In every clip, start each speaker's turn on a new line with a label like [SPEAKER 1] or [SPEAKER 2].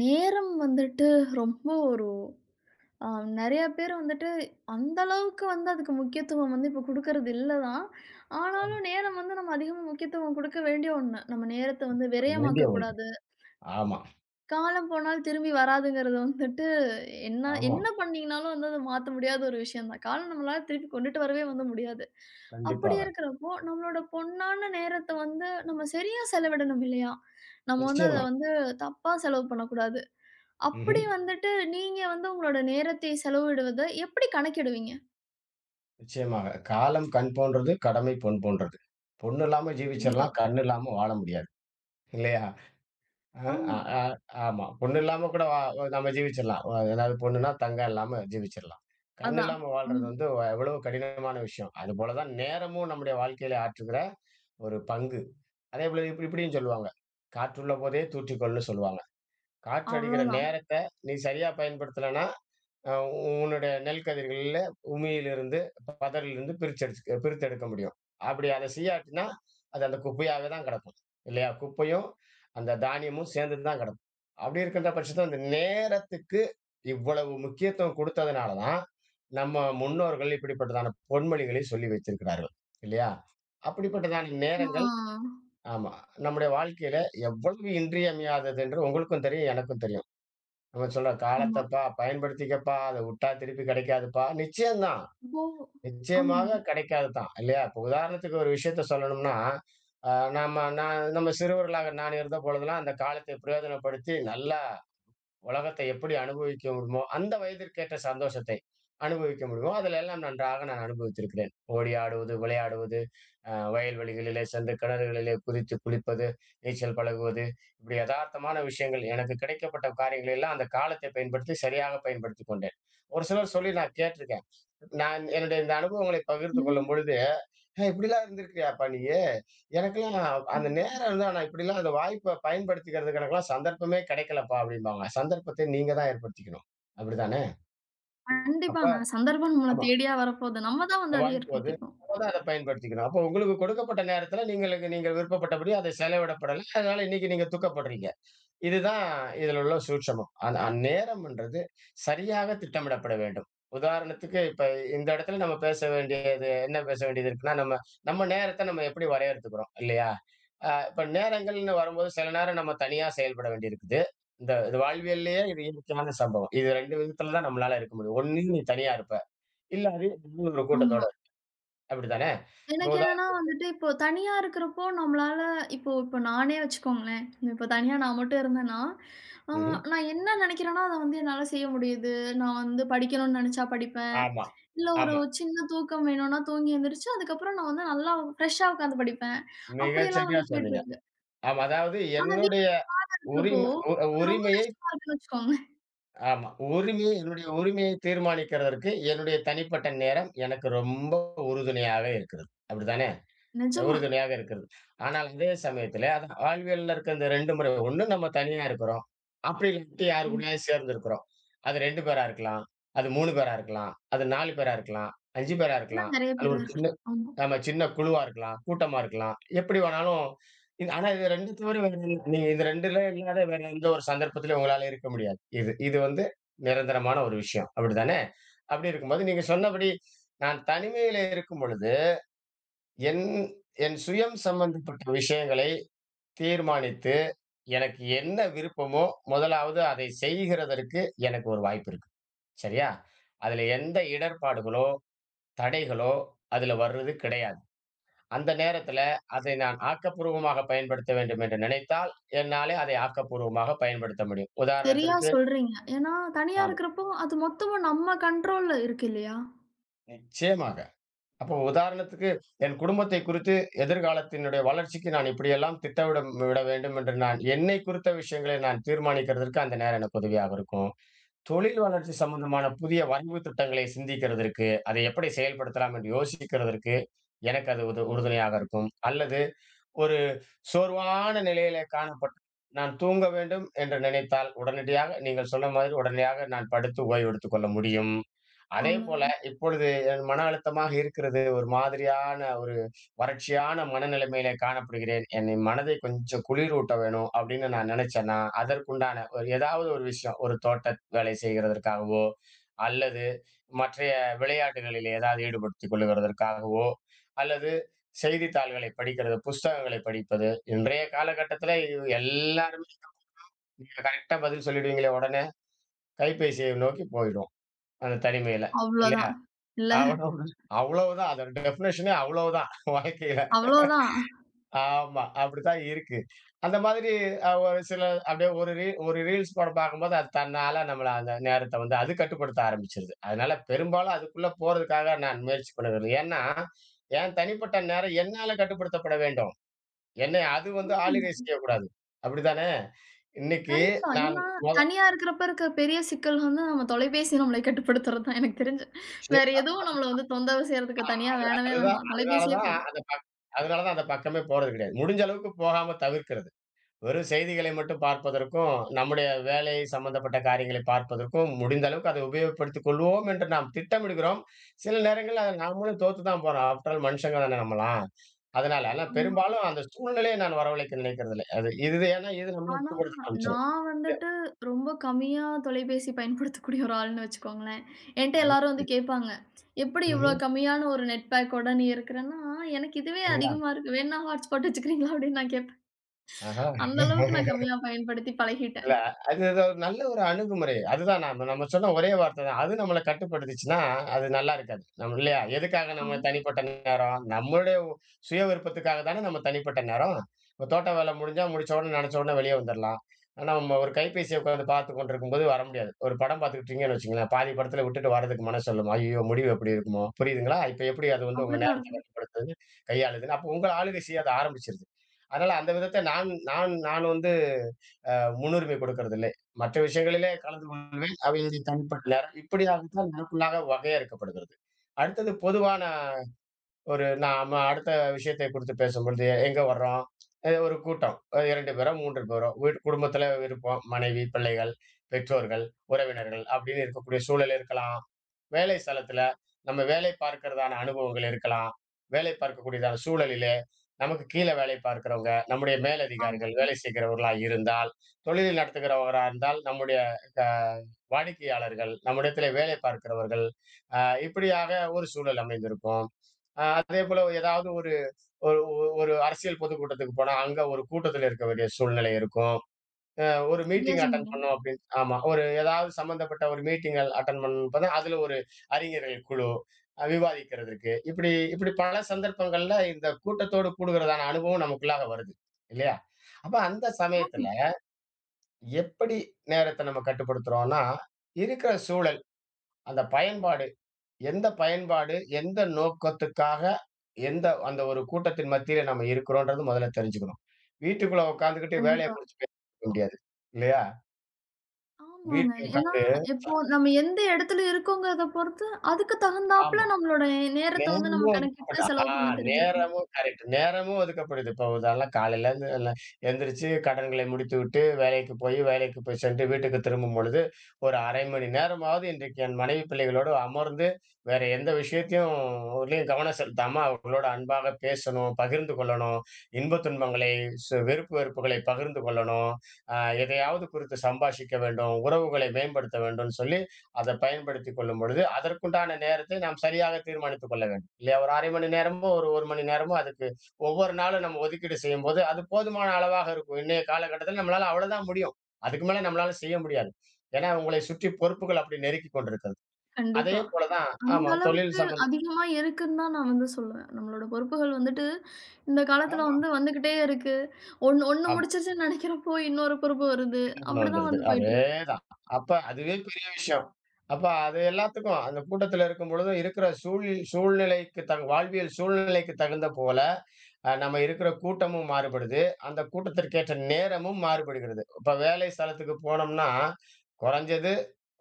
[SPEAKER 1] நேரம் வந்துட்டு ரொம்ப ஒரு அ நெறைய பேர் வந்துட்டு அந்த அளவுக்கு வந்து அதுக்கு முக்கியத்துவம் வந்து இப்போ குடுக்கறது இல்ல தான். ஆனாலும் நேரம் வந்து நம்ம அதிகமா முக்கியத்துவம் குடுக்க வேண்டிய ஒண்ணு. நம்ம நேரத்த வந்து
[SPEAKER 2] வேண்டிய
[SPEAKER 1] விரயமாக்க
[SPEAKER 2] ஒன்று.
[SPEAKER 1] கூடாது.
[SPEAKER 2] ஆமா,
[SPEAKER 1] காலம் போனால் திரும்பி வராதுங்கிறது வந்துட்டு என்ன
[SPEAKER 2] ஆமா.
[SPEAKER 1] என்ன பண்ணீங்கனாலும் வந்து அத மாத்த முடியாத ஒரு விஷயம் தான். காலம் நம்மளால திருப்பி கொண்டுட்டு வரவே வந்து முடியாது. அப்படி
[SPEAKER 2] கண்டிப்பாக.
[SPEAKER 1] இருக்கிறப்போ, நம்மளோட பொன்னான நேரத்த வந்து நம்ம சரியா செலவிடணும் இல்லையா? நம்ம வந்து அத
[SPEAKER 2] நிச்சயமா.
[SPEAKER 1] வந்து தப்பா செலவு பண்ணக்கூடாது. அப்படி
[SPEAKER 2] ம்ஹ்ம்.
[SPEAKER 1] வந்துட்டு நீங்க வந்து உங்களோட நேரத்தை செலவிடுவத எப்படி கணக்கிடுவீங்க?
[SPEAKER 2] நிச்சயமாக. காலம் கண் போன்றது, கடமை பொன் போன்றது. பொண்ணு இல்லாம
[SPEAKER 1] கண்டிப்பா.
[SPEAKER 2] ஜீவிச்சிரலாம். கண் இல்லாம வாழ முடியாது. இல்லையா? அ, அ,
[SPEAKER 1] ஆமா.
[SPEAKER 2] அ ஆமா. பொண்ணு இல்லாம கூட வா நம்ம ஜீவிச்சிரலாம். அதாவது பொண்ணுன்னா தங்கம் இல்லாம ஜீவிச்சிரலாம். கண்
[SPEAKER 1] அதான்.
[SPEAKER 2] இல்லாம வாழ்றது
[SPEAKER 1] ம்.
[SPEAKER 2] வந்து எவ்வளவு கடினமான விஷயம். அதுபோல தான் நேரமும் நம்முடைய வாழ்க்கையில ஆற்றுகிற ஒரு பங்கு. அதேபோல இப்படியும் சொல்லுவாங்க. "காற்றுள்ள போதே தூற்றிக்கொள்ன்னு" சொல்லுவாங்க. காற்று அடிக்கிற
[SPEAKER 1] அவ்வளோதான்.
[SPEAKER 2] நேரத்த நீ சரியா பயன்படுத்தலன்னா அ உன்னுடைய நெல் கதிர்கள்ல உமியிலிருந்து, பதரிலிருந்து பிரித்தெடுக்க முடியும். அப்படி அத செய்யாட்டினா, அது அந்த குப்பையாவே தான் கிடக்கும். இல்லையா? குப்பையும், அந்த தானியமும் சேர்ந்துட்டு தான் கிடக்கும். அப்படி இருக்கின்ற பட்சத்துல அந்த நேரத்துக்கு இவ்வளவு முக்கியத்துவம் குடுத்ததுனால தான், நம்ம முன்னோர்கள் இப்படிப்பட்டதான பொன்மொழிகளை சொல்லி வைத்திருக்கிறார்கள். இல்லையா? அப்படிப்பட்டதான நேரங்கள்,
[SPEAKER 1] ஆ.
[SPEAKER 2] ஆமா, நம்முடைய வாழ்க்கையில எவ்வளவு இன்றியமையாதது என்று உங்களுக்கும் தெரியும், எனக்கும் தெரியும். அவன் சொல்றான்,
[SPEAKER 1] ஆமா.
[SPEAKER 2] "காலத்தப்பா பயன்படுத்திக்கப்பா. அத உட்டா திருப்பி கிடைக்காதுப்பா." நிச்சயம் தான்.
[SPEAKER 1] இப்போ ஆமாங்க.
[SPEAKER 2] நிச்சயமாக கிடைக்காது தான். இல்லையா? இப்ப உதாரணத்துக்கு ஒரு விஷயத்த சொல்லணும்னா, அ நாம நான் நம்ம சிறுவர்களாக இருந்த பொழுதெல்லாம் அந்த காலத்தை பிரயோஜனப்படுத்தி நல்லா உலகத்தை எப்படி அனுபவிக்க முடியுமோ, அந்த வயதிற்கேற்ற சந்தோஷத்தை அனுபவிக்க முடியுமோ, அதில எல்லாம் நன்றாக நான் அனுபவித்திருக்கிறேன். ஓடி ஆடுவது, விளையாடுவது, வயல்வெளிகளிலே சென்று கிணறுகளிலே குதித்து குளிப்பது, நீச்சல் பழகுவது, இப்படி எதார்த்தமான விஷயங்கள் எனக்கு கிடைக்கப்பட்ட காரியங்கள் எல்லாம் அந்த காலத்தை சரியாக பயன்படுத்திக் கொண்டேன். ஒரு சிலர் சொல்லி நான் கேட்டிருக்கேன். நான் என்னுடைய இந்த அனுபவங்களை பகிர்ந்து கொள்ளும்
[SPEAKER 1] இல்லைன்னா
[SPEAKER 2] பொழுது ஏன் இப்படிலாம் இருந்திருக்கியாப்பா நீயு? எனக்கெல்லாம் அந்த
[SPEAKER 1] ம்.
[SPEAKER 2] நேரம் இருந்தா நான் இப்படிலாம் அந்த வாய்ப்ப பயன்படுத்திக்கிறதுக்கு எனக்கெல்லாம் சந்தர்ப்பமே கிடைக்கலப்பா" அப்படிம்பாங்க. சந்தர்ப்பத்தை நீங்க தான் ஏற்படுத்திக்கணும். அப்படித்தானே? அப்ப
[SPEAKER 1] கண்டிப்பாங்க. சந்தர்ப்பம் நம்மள
[SPEAKER 2] ஆமா.
[SPEAKER 1] தேடியா வரப்போது. நம்ம தான் வந்து அத
[SPEAKER 2] வரப்போது.
[SPEAKER 1] ஏற்படுத்திக்கணும்.
[SPEAKER 2] அப்ப தான் அத பயன்படுத்திக்கணும். அப்போ உங்களுக்கு கொடுக்கப்பட்ட நேரத்துல நீங்களுக்கு நீங்கள் விருப்பப்பட்டபடி அதை செலவிடப்படல. அதனால இன்னைக்கு நீங்க துக்கப்படுறீங்க. இதுதான் இதில உள்ள சூட்சமம். ஆனா நேரம்ன்றது சரியாக திட்டமிடப்பட வேண்டும். உதாரணத்துக்கு இப்ப இந்த இடத்துல நம்ம பேச வேண்டியது என்ன பேச வேண்டியது இருக்குன்னா, நம்ம நம்ம நேரத்த நம்ம எப்படி வரையறுத்துக்கிறோம் இல்லையா? இப்ப நேரங்கள்னு வரும்போது சில நேரம் நம்ம தனியா செயல்பட வேண்டியிருக்குது. இந்த இது வாழ்வியல்லயே இது இயற்கையான சம்பவம். இது 2 விதத்துல தான் நம்மளால இருக்க முடியும். ஒண்ணு நீ தனியா இருப்ப. இல்ல அது இன்னும் ஒரு
[SPEAKER 1] ஆமா.
[SPEAKER 2] கூட்டத்தோட அப்படித்தானே? இப்ப
[SPEAKER 1] எனக்கு
[SPEAKER 2] உதா
[SPEAKER 1] என்னன்னா வந்துட்டு இப்போ தனியா இருக்கிறப்போ நம்மளால இப்போ இப்போ நானே வச்சுக்கோங்களேன். இப்போ தனியா நான் மட்டும் இருந்தேன்னா, ஆ
[SPEAKER 2] ம்ஹ்ம்.
[SPEAKER 1] நான் என்ன நினைக்கிறேனோ அத வந்து என்னால செய்ய முடியுது. நான் வந்து படிக்கணும்னு நினைச்சா படிப்பேன்.
[SPEAKER 2] ஆமா,
[SPEAKER 1] இல்ல ஒரு
[SPEAKER 2] ஆமா.
[SPEAKER 1] சின்ன தூக்கம் வேணும்னா தூங்கி எந்திரிச்சு, அதுக்கப்புறம் நான் வந்து நல்லா ஃப்ரெஷ்ஷா உட்காந்து படிப்பேன்.
[SPEAKER 2] மிகச்
[SPEAKER 1] அப்படியெல்லாம்
[SPEAKER 2] சரியா
[SPEAKER 1] வந்து
[SPEAKER 2] சொன்னீங்க.
[SPEAKER 1] போயிட்டுருக்கு.
[SPEAKER 2] ஆமா, அதாவது
[SPEAKER 1] ஆனா
[SPEAKER 2] என்னுடைய
[SPEAKER 1] வீட்ல இருக்கிறப்போ,
[SPEAKER 2] உரிம உ
[SPEAKER 1] அது ரொம்ப
[SPEAKER 2] உரிமையை,
[SPEAKER 1] கஷ்டமா இருக்குன்னு வச்சுக்கோங்க.
[SPEAKER 2] ஆமா, உரிமையை, என்னுடைய உரிமையை தீர்மானிக்கிறதற்கு என்னுடைய தனிப்பட்ட நேரம் எனக்கு ரொம்ப உறுதுணையாக இருக்கிறது. அப்படித்தானே?
[SPEAKER 1] நெஜமா.
[SPEAKER 2] உறுதுணையாக இருக்கிறது. ஆனால் அதே சமயத்தில அது வாழ்வியல்ல இருக்க இந்த 2 முறை, ஒண்ணு நம்ம தனியா இருக்கிறோம். அப்படி இல்லாட்டி யாரு
[SPEAKER 1] ஆமா.
[SPEAKER 2] கூடயாவது சேர்ந்து இருக்கிறோம். அது 2 பேரா இருக்கலாம். அது 3 பேரா இருக்கலாம். அது 4 பேரா இருக்கலாம். 5 பேரா
[SPEAKER 1] இதெல்லாம்
[SPEAKER 2] இருக்கலாம்.
[SPEAKER 1] நெறைய
[SPEAKER 2] அது
[SPEAKER 1] பேரா
[SPEAKER 2] ஒரு
[SPEAKER 1] இருக்கலாம்.
[SPEAKER 2] சின்ன,
[SPEAKER 1] ஆமா.
[SPEAKER 2] ஆமா, சின்ன குழுவா இருக்கலாம். கூட்டமா இருக்கலாம். எப்படி வேணாலும் இது 2 தவிர வேற எதுல நீங்க இது 2ல இல்லாத வேற எந்த ஒரு சந்தர்ப்பத்திலயும் உங்களால இருக்க முடியாது. இது இது வந்து நிரந்தரமான ஒரு விஷயம். அப்படித்தானே? அப்படி இருக்கும்போது நீங்க சொன்னபடி நான் தனிமையில இருக்கும் பொழுது என் என் சுயம் சம்பந்தப்பட்ட விஷயங்களை தீர்மானித்து, எனக்கு என்ன விருப்பமோ, முதலாவது அதை செய்கிறதற்கு எனக்கு ஒரு வாய்ப்பு இருக்கு. சரியா? அதுல எந்த இடர்பாடுகளோ, தடைகளோ அதுல வர்றது கிடையாது. அந்த நேரத்துல அதை நான் ஆக்கப்பூர்வமாக பயன்படுத்த வேண்டும் என்று நினைத்தால், என்னாலே அதை ஆக்கப்பூர்வமாக பயன்படுத்த முடியும்.
[SPEAKER 1] சரியா
[SPEAKER 2] உதாரணத்திற்கு
[SPEAKER 1] சொல்றீங்க. ஏன்னா தனியா
[SPEAKER 2] ஆமா.
[SPEAKER 1] இருக்கிறப்போ, அது மொத்தமும் நம்ம கண்ட்ரோல்ல இருக்கு இல்லையா?
[SPEAKER 2] நிச்சயமா. அப்போ உதாரணத்துக்கு என் குடும்பத்தை குறித்து எதிர்காலத்தினுடைய வளர்ச்சிக்கு நான் இப்படியெல்லாம் திட்டமிட விட வேண்டும் என்று நான் என்னை குறித்த விஷயங்களை நான் தீர்மானிக்கிறதற்கு அந்த நேரம் எனக்கு உதவியாக இருக்கும். தொழில் வளர்ச்சி சம்பந்தமான புதிய வரைவு திட்டங்களை சிந்திக்கிறதற்கு, அதை எப்படி செயல்படுத்தலாம் என்று யோசிக்கிறதற்கு எனக்கு அது உறுதுணையாக இருக்கும். அல்லது ஒரு சோர்வான நிலையிலே காணப்பட்டு, நான் தூங்க வேண்டும் என்று நினைத்தால், உடனடியாக நீங்கள் சொன்ன மாதிரி உடனடியாக நான் படுத்து ஓய்வு எடுத்துக் கொள்ள முடியும். அதேபோல
[SPEAKER 1] அவ்ளோதான்.
[SPEAKER 2] இப்பொழுது என் மன அழுத்தமாக இருக்கிறது. ஒரு மாதிரியான ஒரு வறட்சியான மனநிலைமையிலே காணப்படுகிறேன். என் மனதை கொஞ்சம் குளிரூட்ட வேணும் அப்படின்னு நான் நினைச்சேன்னா, அதற்குண்டான ஒரு ஏதாவது ஒரு விஷயம், ஒரு தோட்ட வேலை செய்கிறதற்காகவோ, அல்லது மற்றைய விளையாட்டுகளில் ஏதாவது ஈடுபடுத்திக் கொள்ளுகிறதற்காகவோ, அல்லது செய்தித்தாள்களை படிக்கிறது, புஸ்தகங்களை படிப்பது. இன்றைய காலகட்டத்தில இது எல்லாருமே, நீங்க கரெக்ட்டா பதில் சொல்லிடுவீங்களே உடனே, கைபேசியை நோக்கி போயிடும். அந்த தனிமையில. இல்லையா?
[SPEAKER 1] அவ்ளோதான். இல்ல
[SPEAKER 2] அவ்வளவுதான் அவ்வளவுதான். அதோட டெஃபினிஷனே அவ்வளவுதான் வாழ்க்கையில.
[SPEAKER 1] அவ்ளோதான்.
[SPEAKER 2] ஆமா. அப்படித்தான் இருக்கு. அந்த மாதிரி அ ஒரு சில அப்படியே ஒரு ரீல்ஸ் படம் பார்க்கும்போது, அது தன்னால நம்மள அந்த நேரத்த வந்து அது கட்டுப்படுத்த ஆரம்பிச்சுருது. அதனால பெரும்பாலும் அதுக்குள்ள போறதுக்காக நான் முயற்சி பண்ணுறது இல்ல. ஏன்னா, என் தனிப்பட்ட நேரம் என்னால கட்டுப்படுத்தப்பட வேண்டும். எண்ணெய் அது வந்து
[SPEAKER 1] ஆமாங்க.
[SPEAKER 2] ஆலிடே செய்யக்கூடாது. அப்படித்தானே? இன்னைக்கு
[SPEAKER 1] கண்டிப்பா.
[SPEAKER 2] நான்
[SPEAKER 1] ஏன்னா,
[SPEAKER 2] மொத
[SPEAKER 1] தனியா இருக்கிறப்ப இருக்கிற பெரிய சிக்கல் வந்து நம்ம தொலைபேசி நம்மளை கட்டுப்படுத்துறது தான் எனக்கு தெரிஞ்சு. வேற எதுவும் நம்மள வந்து தொந்தரவு செய்றதுக்கு தனியா வேணவே
[SPEAKER 2] அதுதான்.
[SPEAKER 1] வேணாம். தொலைபேசியே போதும்.
[SPEAKER 2] அதனால தான் அந்த பக்கமே போறது கிடையாது. முடிஞ்ச அளவுக்கு போகாம தவிர்க்கிறது. வெறும் செய்திகளை மட்டும் பார்ப்பதற்கும், நம்முடைய வேலை சம்பந்தப்பட்ட காரியங்களை பார்ப்பதற்கும் முடிந்த அளவுக்கு அதை உபயோகப்படுத்திக் கொள்வோம் என்று நாம் திட்டமிடுகிறோம். சில நேரங்கள்ல அத நாமளும் தோத்து தான் போறோம். ஆஃப்டர் ஆல் மனுஷங்க தானே நம்மலாம். அதனால ஆனா
[SPEAKER 1] ஆமா.
[SPEAKER 2] பெரும்பாலும் அந்த சூழ்நிலையை நான் வரவழைக்க நினைக்கிறதில்லை. அது இது ஏன்னா இது நம்மள
[SPEAKER 1] ஆனா,
[SPEAKER 2] விட்டு குடுக்க ஆரம்பிச்சுரும்.
[SPEAKER 1] நான் வந்துட்டு ரொம்ப கம்மியா தொலைபேசி பயன்படுத்தக்கூடிய ஒரு ஆள்ன்னு வச்சுக்கோங்களேன். என்ட்ட எல்லாரும் வந்து
[SPEAKER 2] இது
[SPEAKER 1] கேட்பாங்க. "எப்படி இவ்ளோ
[SPEAKER 2] ம்ஹ்ம்.
[SPEAKER 1] கம்மியான ஒரு நெட் பேக்கோட நீ இருக்கிறன்னா, எனக்கு இதுவே
[SPEAKER 2] பாத்தீங்களா?
[SPEAKER 1] அதிகமா இருக்கு. வேணுனா ஹாட்ஸ்பாட் வச்சுக்கிறீங்களா?" அப்படின்னு நான் கேட்பேன்.
[SPEAKER 2] ஆஹா!
[SPEAKER 1] அந்த அளவுக்கு நான் கம்மியா பயன்படுத்தி பழகிட்டேன்.
[SPEAKER 2] இல்ல அது ஏதோ ஒரு நல்ல ஒரு அணுகுமுறை. அதுதான் நாம நம்ம சொன்ன ஒரே வார்த்தை தான். அது நம்மள கட்டுப்படுத்துச்சுன்னா, அது நல்லா இருக்காது. நம்ம இல்லையா? எதுக்காக
[SPEAKER 1] ஆமா.
[SPEAKER 2] நம்ம தனிப்பட்ட நேரம்? சுய விருப்பத்துக்காக தானே நம்ம தனிப்பட்ட நேரம். இப்ப தோட்ட வேலை முடிஞ்சா, முடிச்ச உடனே நினைச்ச உடனே வெளிய வந்துரலாம். ஆனா, நம்ம ஒரு கைபேசிய உட்கார்ந்து பார்த்துக் கொண்டிருக்கும்போது வர முடியாது. ஒரு படம் பார்த்துக்கிட்டீங்கன்னு வச்சுக்கங்களேன், பாதி படத்துல விட்டுட்டு வரதுக்கு மனசு சொல்லுமா? ஐயய்யோ! முடிவு எப்படி இருக்குமோ? புரியுதுங்களா? இப்ப எப்படி அது வந்து உங்க
[SPEAKER 1] அப்படித்தான்
[SPEAKER 2] நேரத்த
[SPEAKER 1] இருக்கும்.
[SPEAKER 2] கட்டுப்படுத்துது, கையாளுதுன்னு, அப்போ உங்க ஆளுகை செய்ய அது ஆரம்பிச்சிருது. அதனால அந்த விதத்த நான் நான் நான் வந்து முன்னுரிமை கொடுக்கறதில்லை. மற்ற விஷயங்களிலே கலந்து கொள்வேன். அவைகளுடைய தனிப்பட்ட நேரம். இப்படியாகத்தான் எனக்குள்ளாக வகையறுக்கப்படுகிறது. அடுத்தது பொதுவான ஒரு நாம அடுத்த விஷயத்தை குறித்து பேசும்பொழுது, எங்க வர்றோம்? ஒரு கூட்டம். 2 பேரோ, 3 பேரோ, குடும்பத்தில இருப்போம். மனைவி, பிள்ளைகள், பெற்றோர்கள், உறவினர்கள் அப்படின்னு இருக்கக்கூடிய சூழல் இருக்கலாம். வேலை ஸ்தலத்துல, நம்ம வேலை பார்க்கிறதான அனுபவங்கள் இருக்கலாம். வேலை பார்க்கக்கூடியதான சூழலிலே, நமக்கு கீழ வேலை பார்க்கிறவங்க, நம்முடைய
[SPEAKER 1] ஆமா.
[SPEAKER 2] மேலதிகாரிகள், வேலை செய்கிறவர்களா இருந்தால், தொழில் நடத்துகிறவரா இருந்தால், நம்முடைய க வாடிக்கையாளர்கள், நம்மிடத்திலே வேலை பார்க்கிறவர்கள், அ இப்படியாக ஒரு சூழல் அமைந்திருக்கும். அதேபோல ஏதாவது ஒரு ஒரு ஒரு அரசியல் பொதுக்கூட்டத்துக்கு போனா, அங்க ஒரு கூட்டத்துல இருக்க வேண்டிய சூழ்நிலை இருக்கும். அ ஒரு
[SPEAKER 1] சரியா
[SPEAKER 2] மீட்டிங் அட்டெண்ட்
[SPEAKER 1] சொன்னீங்க.
[SPEAKER 2] பண்ணோம் அப்படின்னு ஆமா. ஒரு ஏதாவது சம்மந்தப்பட்ட ஒரு மீட்டிங்கள் அட்டெண்ட் பண்ணப்பதான் அதுல ஒரு அறிஞர்கள் குழு, விவாதிக்கிறதுக்கு. இப்படி இப்படி பல சந்தர்ப்பங்கள்ல இந்த கூட்டத்தோடு கூடுகிறதான அனுபவம் நமக்குள்ளாக வருது. இல்லையா? அப்ப அந்த
[SPEAKER 1] ஆமா.
[SPEAKER 2] சமயத்துல எப்படி நேரத்த நம்ம கட்டுப்படுத்துறோம்னா, இருக்கிற சூழல், அந்த பயன்பாடு, எந்த பயன்பாடு, எந்த நோக்கத்துக்காக, எந்த அந்த ஒரு கூட்டத்தின் மத்தியில நம்ம இருக்கிறோம்ன்றது முதல்ல தெரிஞ்சுக்கணும். வீட்டுக்குள்ள உட்கார்ந்துகிட்டு வேலைய
[SPEAKER 1] கண்டிப்பா.
[SPEAKER 2] குறிச்சு பேசிக்க முடியாது. இல்லையா?
[SPEAKER 1] ஆமாங்க.
[SPEAKER 2] வீட்ல
[SPEAKER 1] ஏன்னா,
[SPEAKER 2] உட்கார்ந்து
[SPEAKER 1] இப்போ நம்ம எந்த இடத்துல இருக்கோங்கிறத பொறுத்து, அதுக்கு தகுந்தாப்புல
[SPEAKER 2] ஆமா.
[SPEAKER 1] நம்மளோட நேரத்த வந்து
[SPEAKER 2] நேரமும்
[SPEAKER 1] நம்ம
[SPEAKER 2] ஒதுக்கப்படுது.
[SPEAKER 1] கணக்கிட்டு செலவு
[SPEAKER 2] ஆ
[SPEAKER 1] பண்ண தெரிஞ்சிருக்கணும்.
[SPEAKER 2] நேரமும் கரெக்ட். நேரமும் ஒதுக்கப்படுது. இப்போ உதாரணம் காலையில இருந்து எந்திரிச்சு கடன்களை முடித்துவிட்டு, வேலைக்கு போய் சென்று வீட்டுக்கு திரும்பும் பொழுது, ஒரு 1/2 மணி நேரமாவது இன்றைக்கு என் மனைவி பிள்ளைகளோடு அமர்ந்து, வேற எந்த விஷயத்தையும் கவனம் செலுத்தாம அவர்களோட அன்பாக பேசணும், பகிர்ந்து கொள்ளணும். இன்ப துன்பங்களை, சு வெறுப்பு வெறுப்புகளை பகிர்ந்து கொள்ளணும். அ எதையாவது குறித்து சம்பாஷிக்க வேண்டும். உறவுகளை மேம்படுத்த வேண்டும் சொல்லி அதை பயன்படுத்திக் கொள்ளும் பொழுது, அதற்குண்டான நேரத்தை நாம் சரியாக தீர்மானித்துக் கொள்ள வேண்டும். இல்லையா? ஒரு 1/2 மணி நேரமோ, ஒரு 1 மணி நேரமோ அதுக்கு ஒவ்வொரு நாளும் நம்ம ஒதுக்கீடு செய்யும்போது, அது போதுமான அளவாக இருக்கும். இன்றைய காலகட்டத்தில நம்மளால அவ்வளோதான் முடியும். அதுக்கு மேல நம்மளால செய்ய முடியாது. ஏன்னா, உங்களை சுற்றி பொறுப்புகள் அப்படி நெருக்கிக் கொண்டிருக்கிறது. அதே
[SPEAKER 1] கண்டிப்பா.
[SPEAKER 2] போல தான்
[SPEAKER 1] அந்த
[SPEAKER 2] ஆமா தொழில்
[SPEAKER 1] அளவுக்கு
[SPEAKER 2] சம்பந்த
[SPEAKER 1] அதிகமா இருக்குன்னு தான் நான் வந்து சொல்லுவேன். நம்மளோட பொறுப்புகள் வந்துட்டு, இந்த காலத்துல
[SPEAKER 2] ஆமா,
[SPEAKER 1] வந்து வந்துகிட்டே இருக்கு. ஒண்ணு ஒண்ணு
[SPEAKER 2] ஆமா.
[SPEAKER 1] முடிச்சிருச்சுன்னு நெனைக்கிறப்போ, இன்னொரு பொறுப்பு வருது.
[SPEAKER 2] தீர்மானம்
[SPEAKER 1] அப்படிதான்
[SPEAKER 2] வந்துருது.
[SPEAKER 1] வந்து போயிட்டுருக்கு.
[SPEAKER 2] அதேதான். அப்ப அதுவே பெரிய விஷயம். அப்ப அது எல்லாத்துக்கும் அந்த கூட்டத்துல இருக்கும் பொழுது இருக்கிற சூழ்நிலைக்கு வாழ்வியல் சூழ்நிலைக்கு தகுந்த போல, நம்ம இருக்கிற கூட்டமும் மாறுபடுது. அந்த கூட்டத்திற்கேற்ற நேரமும் மாறுபடுகிறது. இப்ப வேலை ஸ்தலத்துக்கு போனோம்னா, குறைஞ்சது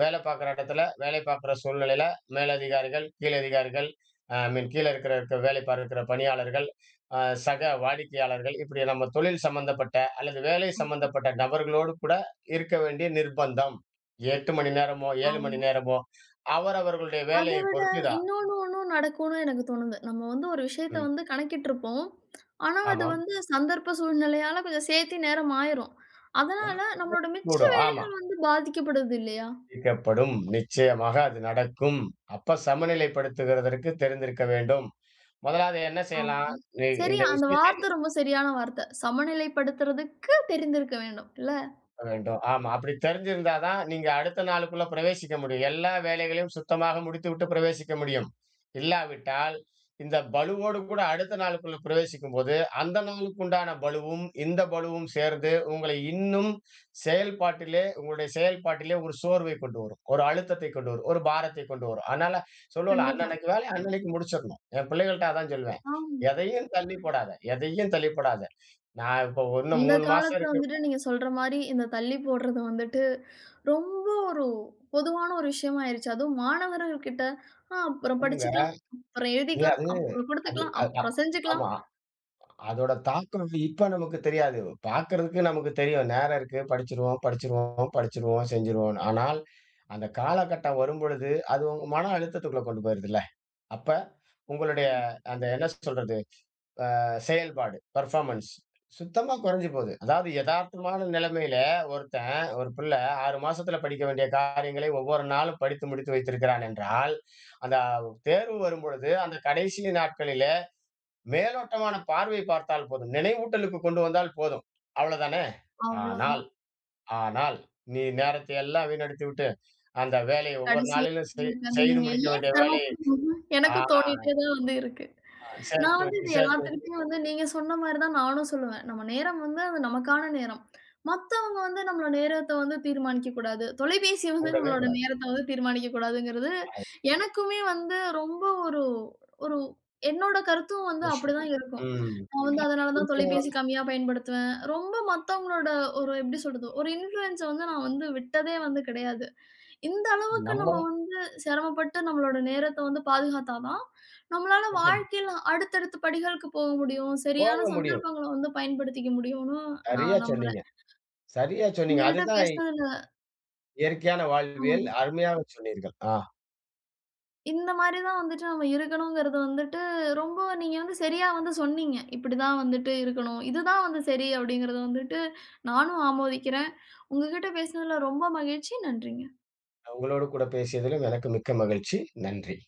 [SPEAKER 2] வேலை பார்க்குற இடத்துல, வேலை பார்க்குற சூழ்நிலையில மேலதிகாரிகள், கீழதிகாரிகள், ஐ மீன் கீழ இருக்கிற இருக்க வேலை பார்க்கிற பணியாளர்கள், அ சக வாடிக்கையாளர்கள் இப்படி நம்ம தொழில் சம்பந்தப்பட்ட அல்லது வேலை
[SPEAKER 1] ம்.
[SPEAKER 2] சம்பந்தப்பட்ட நபர்களோடு கூட இருக்க வேண்டிய நிர்பந்தம். 8 மணி நேரமோ, 7 மணி
[SPEAKER 1] ஆமா.
[SPEAKER 2] நேரமோ, அவரவர்களுடைய
[SPEAKER 1] அத
[SPEAKER 2] வேலையைப்
[SPEAKER 1] விட
[SPEAKER 2] பொறுத்து தான்.
[SPEAKER 1] இன்னொன்னு ஒண்ணும் நடக்கும்னு எனக்கு தோணுது. நம்ம வந்து ஒரு விஷயத்த
[SPEAKER 2] ம்.
[SPEAKER 1] வந்து கணக்கிட்டுருப்போம். ஆனா, அது
[SPEAKER 2] ஆமாம்.
[SPEAKER 1] வந்து சந்தர்ப்ப சூழ்நிலையால கொஞ்சம் சேர்த்தி நேரம் ஆயிரும்.
[SPEAKER 2] ஒண்ணு
[SPEAKER 1] அதனால நம்மளோட மிச்ச
[SPEAKER 2] கூடும்.
[SPEAKER 1] வேலை
[SPEAKER 2] ஆமா.
[SPEAKER 1] வந்து பாதிக்கப்படுது இல்லையா?
[SPEAKER 2] பிரிக்கப்படும். நிச்சயமாக அது நடக்கும். அப்ப சமநிலைப்படுத்துகிறதற்கு தெரிந்திருக்க வேண்டும். முதலாவது என்ன செய்யலாம்?
[SPEAKER 1] ஆமா.
[SPEAKER 2] இ
[SPEAKER 1] சரி
[SPEAKER 2] இந்த
[SPEAKER 1] அந்த
[SPEAKER 2] விஷயத்
[SPEAKER 1] வார்த்தை ரொம்ப சரியான வார்த்தை. சமநிலைப்படுத்துறதுக்கு தெரிந்திருக்க வேண்டும். இல்ல?
[SPEAKER 2] வேண்டும். ஆமா. அப்படி தெரிஞ்சிருந்தா தான் நீங்க அடுத்த நாளுக்குள்ள பிரவேசிக்க முடியும். எல்லா வேலைகளையும் சுத்தமாக முடித்துவிட்டு பிரவேசிக்க முடியும். இல்லாவிட்டால், இந்த பளுவோடு கூட அடுத்த நாளுக்குள்ள பிரவேசிக்கும்போது, அந்த நாளுக்கு உண்டான பளுவும், இந்த பளுவும் சேர்ந்து உங்களை இன்னும் உங்களுடைய செயல்பாட்டிலே ஒரு சோர்வை கொண்டு வரும். ஒரு அழுத்தத்தை கொண்டு வரும். ஒரு பாரத்தை கொண்டு வரும். அதனால சொல்லுவோம்ல,
[SPEAKER 1] கண்டிப்பா.
[SPEAKER 2] "அன்னன்னைக்கு அன்னன்னைக்கு முடிச்சிடணும்." என் பிள்ளைகள்ட்ட அதான் சொல்லுவேன்.
[SPEAKER 1] ஆமா.
[SPEAKER 2] எதையும் தள்ளி போடாத. எதையும் தள்ளி போடாத. நான் இப்போ இன்னும்
[SPEAKER 1] இந்த
[SPEAKER 2] 3 மாசம்
[SPEAKER 1] காலத்துல
[SPEAKER 2] இருக்கு.
[SPEAKER 1] வந்துட்டு நீங்க சொல்ற மாரி, இந்த தள்ளி போடுறது வந்துட்டு ரொம்ப ஒரு பொதுவான ஒரு விஷயமா ஆயிருச்சு. அதுவும் மாணவர்கள்கிட்ட, "ஆ அப்புறம்
[SPEAKER 2] ஆமாங்க.
[SPEAKER 1] படிச்சுக்கலாம், அப்புறம்
[SPEAKER 2] அது
[SPEAKER 1] எழுதிக்கலாம்,
[SPEAKER 2] அது
[SPEAKER 1] அப்புறம்
[SPEAKER 2] அது
[SPEAKER 1] குடுத்துக்கலாம்,
[SPEAKER 2] அதான்.
[SPEAKER 1] அப்புறம் செஞ்சுக்கலாம்."
[SPEAKER 2] ஆமா. அதோட தாக்கம் இப்ப நமக்கு தெரியாது. பார்க்கறதுக்கு நமக்கு தெரியும். நேரம் இருக்கு. படிச்சிருவோம், செஞ்சுருவோம்ன்னு. ஆனால் அந்த காலகட்டம் வரும்பொழுது, அது உங்க மன அழுத்தத்துக்குள்ள கொண்டு போயிருதுல்ல. அப்ப உங்களுடைய
[SPEAKER 1] ஆமா.
[SPEAKER 2] அந்த என்ன சொல்றது? செயல்பாடு, பெர்ஃபார்மன்ஸ் சுத்தமா குறைஞ்சு போகுது. அதாவது எதார்த்தமான நிலைமையில ஒருத்தன், ஒரு பிள்ள 6 மாசத்துல படிக்க வேண்டிய காரியங்களை ஒவ்வொரு நாளும் படித்து முடித்து வைத்திருக்கிறான் என்றால், அந்த தேர்வு வரும்பொழுது அந்த கடைசி நாட்களிலே மேலோட்டமான பார்வை பார்த்தால் போதும். நினைவூட்டலுக்கு கொண்டு வந்தால் போதும். அவ்வளதானே! ஆனால்,
[SPEAKER 1] அவ்வளோதான்.
[SPEAKER 2] ஆனால் நீ நேரத்தை எல்லாம் வீணடித்துவிட்டு, அந்த வேலையை ஒவ்வொரு
[SPEAKER 1] கடைசியா
[SPEAKER 2] நாளிலும்
[SPEAKER 1] உட்காந்து
[SPEAKER 2] செய்து
[SPEAKER 1] நீங்க
[SPEAKER 2] முடிக்க
[SPEAKER 1] ஏன்
[SPEAKER 2] வேண்டிய வேலையை
[SPEAKER 1] சிரமப்படணும்னு
[SPEAKER 2] ஆ
[SPEAKER 1] எனக்கும் தோணிட்டே தான் வந்து இருக்கு. நான் வந்து இது
[SPEAKER 2] சேர்த்து வச்சு
[SPEAKER 1] எல்லாத்துக்கிட்டயும் வந்து நீங்க சொன்ன மாரி தான் நானும் சொல்லுவேன். நம்ம நேரம் வந்து அது நமக்கான நேரம். மத்தவங்க வந்து நம்மளோட நேரத்த வந்து தீர்மானிக்க கூடாது. தொலைபேசி வந்து
[SPEAKER 2] கூடவே
[SPEAKER 1] நம்மளோட
[SPEAKER 2] கூடாது.
[SPEAKER 1] நேரத்த வந்து தீர்மானிக்க கூடாதுங்கிறது, எனக்குமே வந்து ரொம்ப ஒரு ஒரு என்னோட கருத்தும் வந்து
[SPEAKER 2] விஷயம்.
[SPEAKER 1] அப்படிதான் இருக்கும்.
[SPEAKER 2] ம்.
[SPEAKER 1] நான் வந்து அதனால தான் தொலைபேசி கம்மியா பயன்படுத்துவேன். ரொம்ப மத்தவங்களோட ஒரு எப்படி சொல்றது? ஒரு இன்ஃப்ளூயன்ஸ வந்து நான் வந்து விட்டதே வந்து கிடையாது. இந்த அளவுக்கு
[SPEAKER 2] நம்ம
[SPEAKER 1] நம்ம வந்து சிரமப்பட்டு நம்மளோட நேரத்த வந்து பாதுகாத்தா தான், நம்மளால
[SPEAKER 2] நிச்சயம்
[SPEAKER 1] வாழ்க்கையில அடுத்தடுத்த படிகளுக்கு போக முடியும்.
[SPEAKER 2] போக
[SPEAKER 1] சரியான
[SPEAKER 2] முடியும்.
[SPEAKER 1] சந்தர்ப்பங்கள வந்து பயன்படுத்திக்க முடியும்னு
[SPEAKER 2] சரியா
[SPEAKER 1] நான் நம்புறேன்.
[SPEAKER 2] சொன்னீங்க. சரியா சொன்னீங்க.
[SPEAKER 1] உங்ககிட்ட
[SPEAKER 2] அதுதான்
[SPEAKER 1] பேசுனதுல
[SPEAKER 2] இயற்கையான வாழ்வியல்.
[SPEAKER 1] ஆமாங்க.
[SPEAKER 2] அருமையாக சொன்னீர்கள்.
[SPEAKER 1] இந்த மாரி தான் வந்துட்டு நம்ம இருக்கணுங்கிறது வந்துட்டு ரொம்ப நீங்க வந்து சரியா வந்து சொன்னீங்க. இப்படிதான் வந்துட்டு இருக்கணும். இதுதான் வந்து சரி அப்படிங்கிறத வந்துட்டு நானும் ஆமோதிக்கிறேன். உங்ககிட்ட பேசுனதுல ரொம்ப மகிழ்ச்சி. நன்றிங்க.
[SPEAKER 2] உங்களோடு கூட பேசியதிலும் எனக்கு மிக்க மகிழ்ச்சி. நன்றி.